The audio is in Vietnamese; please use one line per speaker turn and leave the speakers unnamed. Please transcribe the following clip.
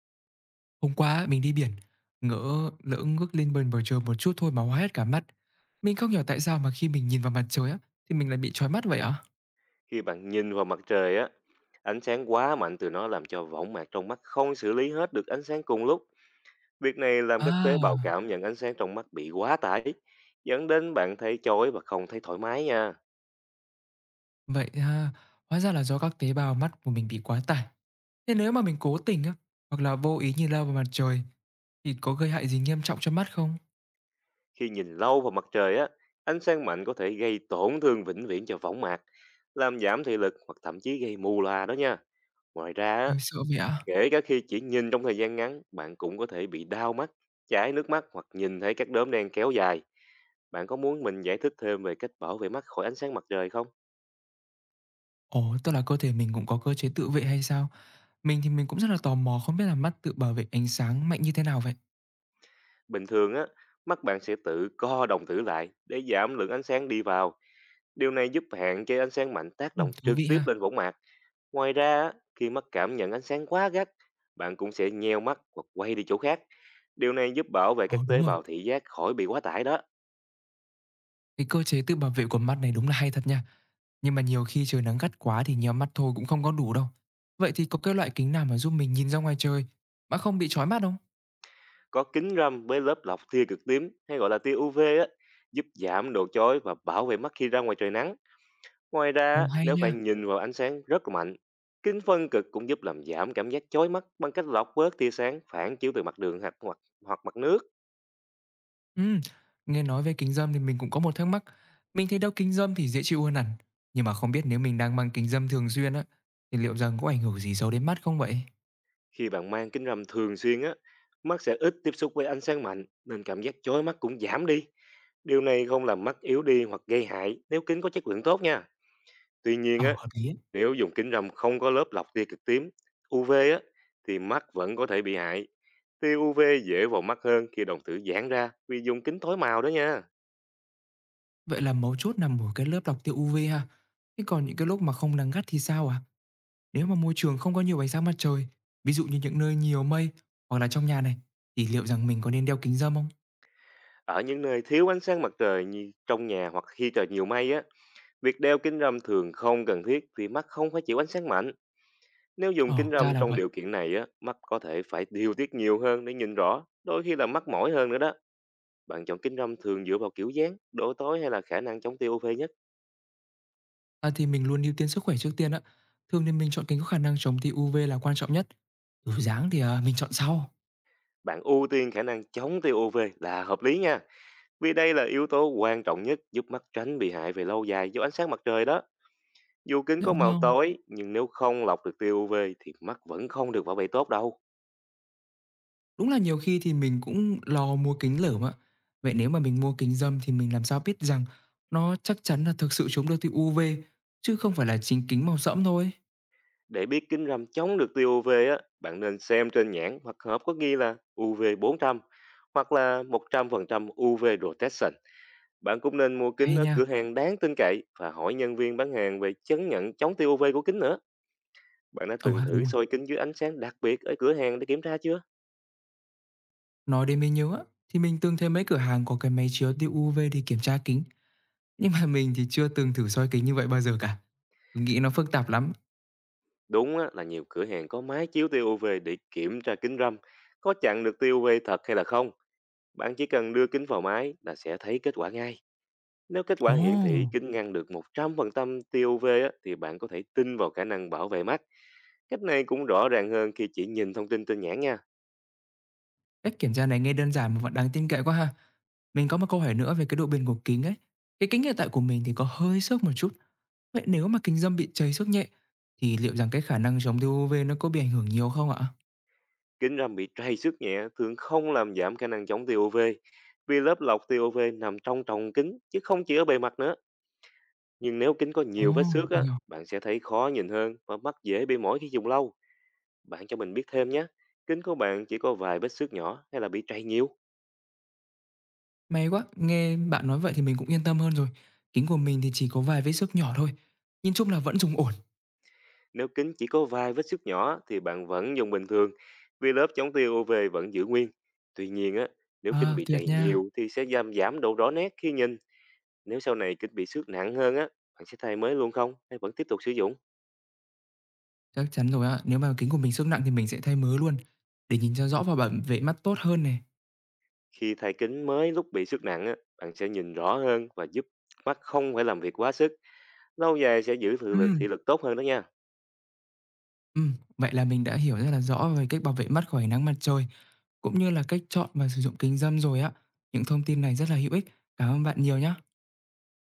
Hôm qua á, mình đi biển, ngỡ lỡ ngước lên bên bầu trời một chút thôi mà hoa hết cả mắt. Mình không hiểu tại sao mà khi mình nhìn vào mặt trời á, thì mình lại bị chói mắt vậy ạ?
Khi bạn nhìn vào mặt trời á, ánh sáng quá mạnh từ nó làm cho võng mạc trong mắt không xử lý hết được ánh sáng cùng lúc. Việc này làm các tế bào
À,
cảm nhận ánh sáng trong mắt bị quá tải, dẫn đến bạn thấy chói và không thấy thoải mái nha.
vậy ha, hóa ra là do các tế bào mắt của mình bị quá tải. Thế nếu mà mình cố tình á, hoặc là vô ý nhìn lao vào mặt trời, thì có gây hại gì nghiêm trọng cho mắt không?
Khi nhìn lâu vào mặt trời á, ánh sáng mạnh có thể gây tổn thương vĩnh viễn cho võng mạc, làm giảm thị lực hoặc thậm chí gây mù loà đó nha. Ngoài ra á,
Trời sợ vậy ạ?
kể cả khi chỉ nhìn trong thời gian ngắn, bạn cũng có thể bị đau mắt, chảy nước mắt hoặc nhìn thấy các đốm đen kéo dài. Bạn có muốn mình giải thích thêm về cách bảo vệ mắt khỏi ánh sáng mặt trời không?
Ồ, tức là cơ thể mình cũng có cơ chế tự vệ hay sao? Mình thì mình cũng rất là tò mò không biết là mắt tự bảo vệ ánh sáng mạnh như thế nào vậy?
Bình thường á, mắt bạn sẽ tự co đồng tử lại để giảm lượng ánh sáng đi vào. Điều này giúp hạn chế ánh sáng mạnh tác
Ừ,
động
thú vị
trực tiếp
ha.
lên võng mạc. Ngoài ra, á, khi mắt cảm nhận ánh sáng quá gắt, bạn cũng sẽ nheo mắt hoặc quay đi chỗ khác. Điều này giúp bảo vệ các
Ồ, đúng
tế
rồi.
bào thị giác khỏi bị quá tải đó.
Cái cơ chế tự bảo vệ của mắt này đúng là hay thật nha. Nhưng mà nhiều khi trời nắng gắt quá thì nhắm mắt thôi cũng không có đủ đâu. Vậy thì có cái loại kính nào mà giúp mình nhìn ra ngoài trời mà không bị chói mắt không?
Có kính râm với lớp lọc tia cực tím hay gọi là tia UV á, giúp giảm độ chói và bảo vệ mắt khi ra ngoài trời nắng. Ngoài ra,
Ồ
á,
hay
nếu phải
nha.
nhìn vào ánh sáng rất là mạnh, kính phân cực cũng giúp làm giảm cảm giác chói mắt bằng cách lọc bớt tia sáng phản chiếu từ mặt đường hoặc hoặc, hoặc mặt nước.
Ừ, nghe nói về kính râm thì mình cũng có một thắc mắc. Mình thấy đeo kính râm thì dễ chịu hơn hẳn. Nhưng mà không biết nếu mình đang mang kính râm thường xuyên á thì liệu rằng có ảnh hưởng gì xấu đến mắt không vậy?
Khi bạn mang kính râm thường xuyên á, mắt sẽ ít tiếp xúc với ánh sáng mạnh nên cảm giác chói mắt cũng giảm đi. Điều này không làm mắt yếu đi hoặc gây hại nếu kính có chất lượng tốt nha. Tuy nhiên
Ờ
á,
đấy.
nếu dùng kính râm không có lớp lọc tia cực tím UV á, thì mắt vẫn có thể bị hại. Tia UV dễ vào mắt hơn khi đồng tử giãn ra vì dùng kính tối màu đó nha.
Vậy là mấu chốt nằm ở cái lớp lọc tia UV ha. Thế còn những cái lúc mà không nắng gắt thì sao à? Nếu mà môi trường không có nhiều ánh sáng mặt trời, ví dụ như những nơi nhiều mây hoặc là trong nhà này, thì liệu rằng mình có nên đeo kính râm không?
Ở những nơi thiếu ánh sáng mặt trời như trong nhà hoặc khi trời nhiều mây á, việc đeo kính râm thường không cần thiết vì mắt không phải chịu ánh sáng mạnh. Nếu dùng
Ờ,
kính
ra
râm
là
trong
vậy.
điều kiện này á, mắt có thể phải điều tiết nhiều hơn để nhìn rõ, đôi khi là mắt mỏi hơn nữa đó. Bạn chọn kính râm thường dựa vào kiểu dáng, độ tối hay là khả năng chống tia UV nhất?
À, thì mình luôn ưu tiên sức khỏe trước tiên á. Thường thì mình chọn kính có khả năng chống tia UV là quan trọng nhất. Kiểu dáng thì à, mình chọn sau.
Bạn ưu tiên khả năng chống tia UV là hợp lý nha, vì đây là yếu tố quan trọng nhất giúp mắt tránh bị hại về lâu dài do ánh sáng mặt trời đó. Dù kính
Dạ
có màu
vâng.
tối, nhưng nếu không lọc được tia UV thì mắt vẫn không được bảo vệ tốt đâu.
Đúng là nhiều khi thì mình cũng lo mua kính lởm ạ. Vậy nếu mà mình mua kính râm thì mình làm sao biết rằng nó chắc chắn là thực sự chống được tia UV chứ không phải là chính kính màu sẫm thôi.
Để biết kính râm chống được tia UV á, bạn nên xem trên nhãn hoặc hộp có ghi là UV 400 hoặc là 100% UV protection. Bạn cũng nên mua kính
Hay
ở
nha.
cửa hàng đáng tin cậy và hỏi nhân viên bán hàng về chứng nhận chống tia UV của kính nữa. Bạn đã
Ồ
từng
ha, đúng
thử
rồi.
soi kính dưới ánh sáng đặc biệt ở cửa hàng để kiểm tra chưa?
Nói đến mới nhớ thì mình từng thấy mấy cửa hàng có cái máy chiếu tia UV để kiểm tra kính, nhưng mà mình thì chưa từng thử soi kính như vậy bao giờ cả. Mình nghĩ nó phức tạp lắm.
Đúng á, là nhiều cửa hàng có máy chiếu tia UV để kiểm tra kính râm, có chặn được tia UV thật hay là không. Bạn chỉ cần đưa kính vào máy là sẽ thấy kết quả ngay. Nếu kết
Ồ,
quả hiển thị kính ngăn được 100% tia UV á, thì bạn có thể tin vào khả năng bảo vệ mắt. Cách này cũng rõ ràng hơn khi chỉ nhìn thông tin trên nhãn nha.
cách kiểm tra này nghe đơn giản mà vẫn đáng tin cậy quá ha. Mình có một câu hỏi nữa về cái độ bền của kính ấy. Cái kính hiện tại của mình thì có hơi xước một chút. Vậy nếu mà kính dâm bị cháy xước nhẹ thì liệu rằng cái khả năng chống tia UV nó có bị ảnh hưởng nhiều không ạ?
Kính râm bị trầy xước nhẹ thường không làm giảm khả năng chống tia UV vì lớp lọc tia UV nằm trong tròng kính chứ không chỉ ở bề mặt nữa. Nhưng nếu kính có
Ồ,
nhiều vết xước
mình
á,
hiểu.
bạn sẽ thấy khó nhìn hơn và mắt dễ bị mỏi khi dùng lâu. Bạn cho mình biết thêm nhé. Kính của bạn chỉ có vài vết xước nhỏ hay là bị trầy nhiều?
May quá, nghe bạn nói vậy thì mình cũng yên tâm hơn rồi. Kính của mình thì chỉ có vài vết xước nhỏ thôi. Nhìn chung là vẫn dùng ổn.
Nếu kính chỉ có vài vết xước nhỏ thì bạn vẫn dùng bình thường vì lớp chống tia UV vẫn giữ nguyên. Tuy nhiên á, nếu kính
À,
bị
tuyệt
trầy
nha!
nhiều thì sẽ giảm giảm độ rõ nét khi nhìn. Nếu sau này kính bị xước nặng hơn á, bạn sẽ thay mới luôn không hay vẫn tiếp tục sử dụng?
Chắc chắn rồi á. Nếu mà kính của mình xước nặng thì mình sẽ thay mới luôn, để nhìn cho rõ và bảo vệ mắt tốt hơn này.
Khi thay kính mới lúc bị xước nặng á, bạn sẽ nhìn rõ hơn và giúp mắt không phải làm việc quá sức. Lâu dài sẽ giữ thị lực,
Ừm,
thị lực tốt hơn đó nha.
vậy là mình đã hiểu rất là rõ về cách bảo vệ mắt khỏi ánh nắng mặt trời, cũng như là cách chọn và sử dụng kính râm rồi á. Những thông tin này rất là hữu ích. Cảm ơn bạn nhiều nhá!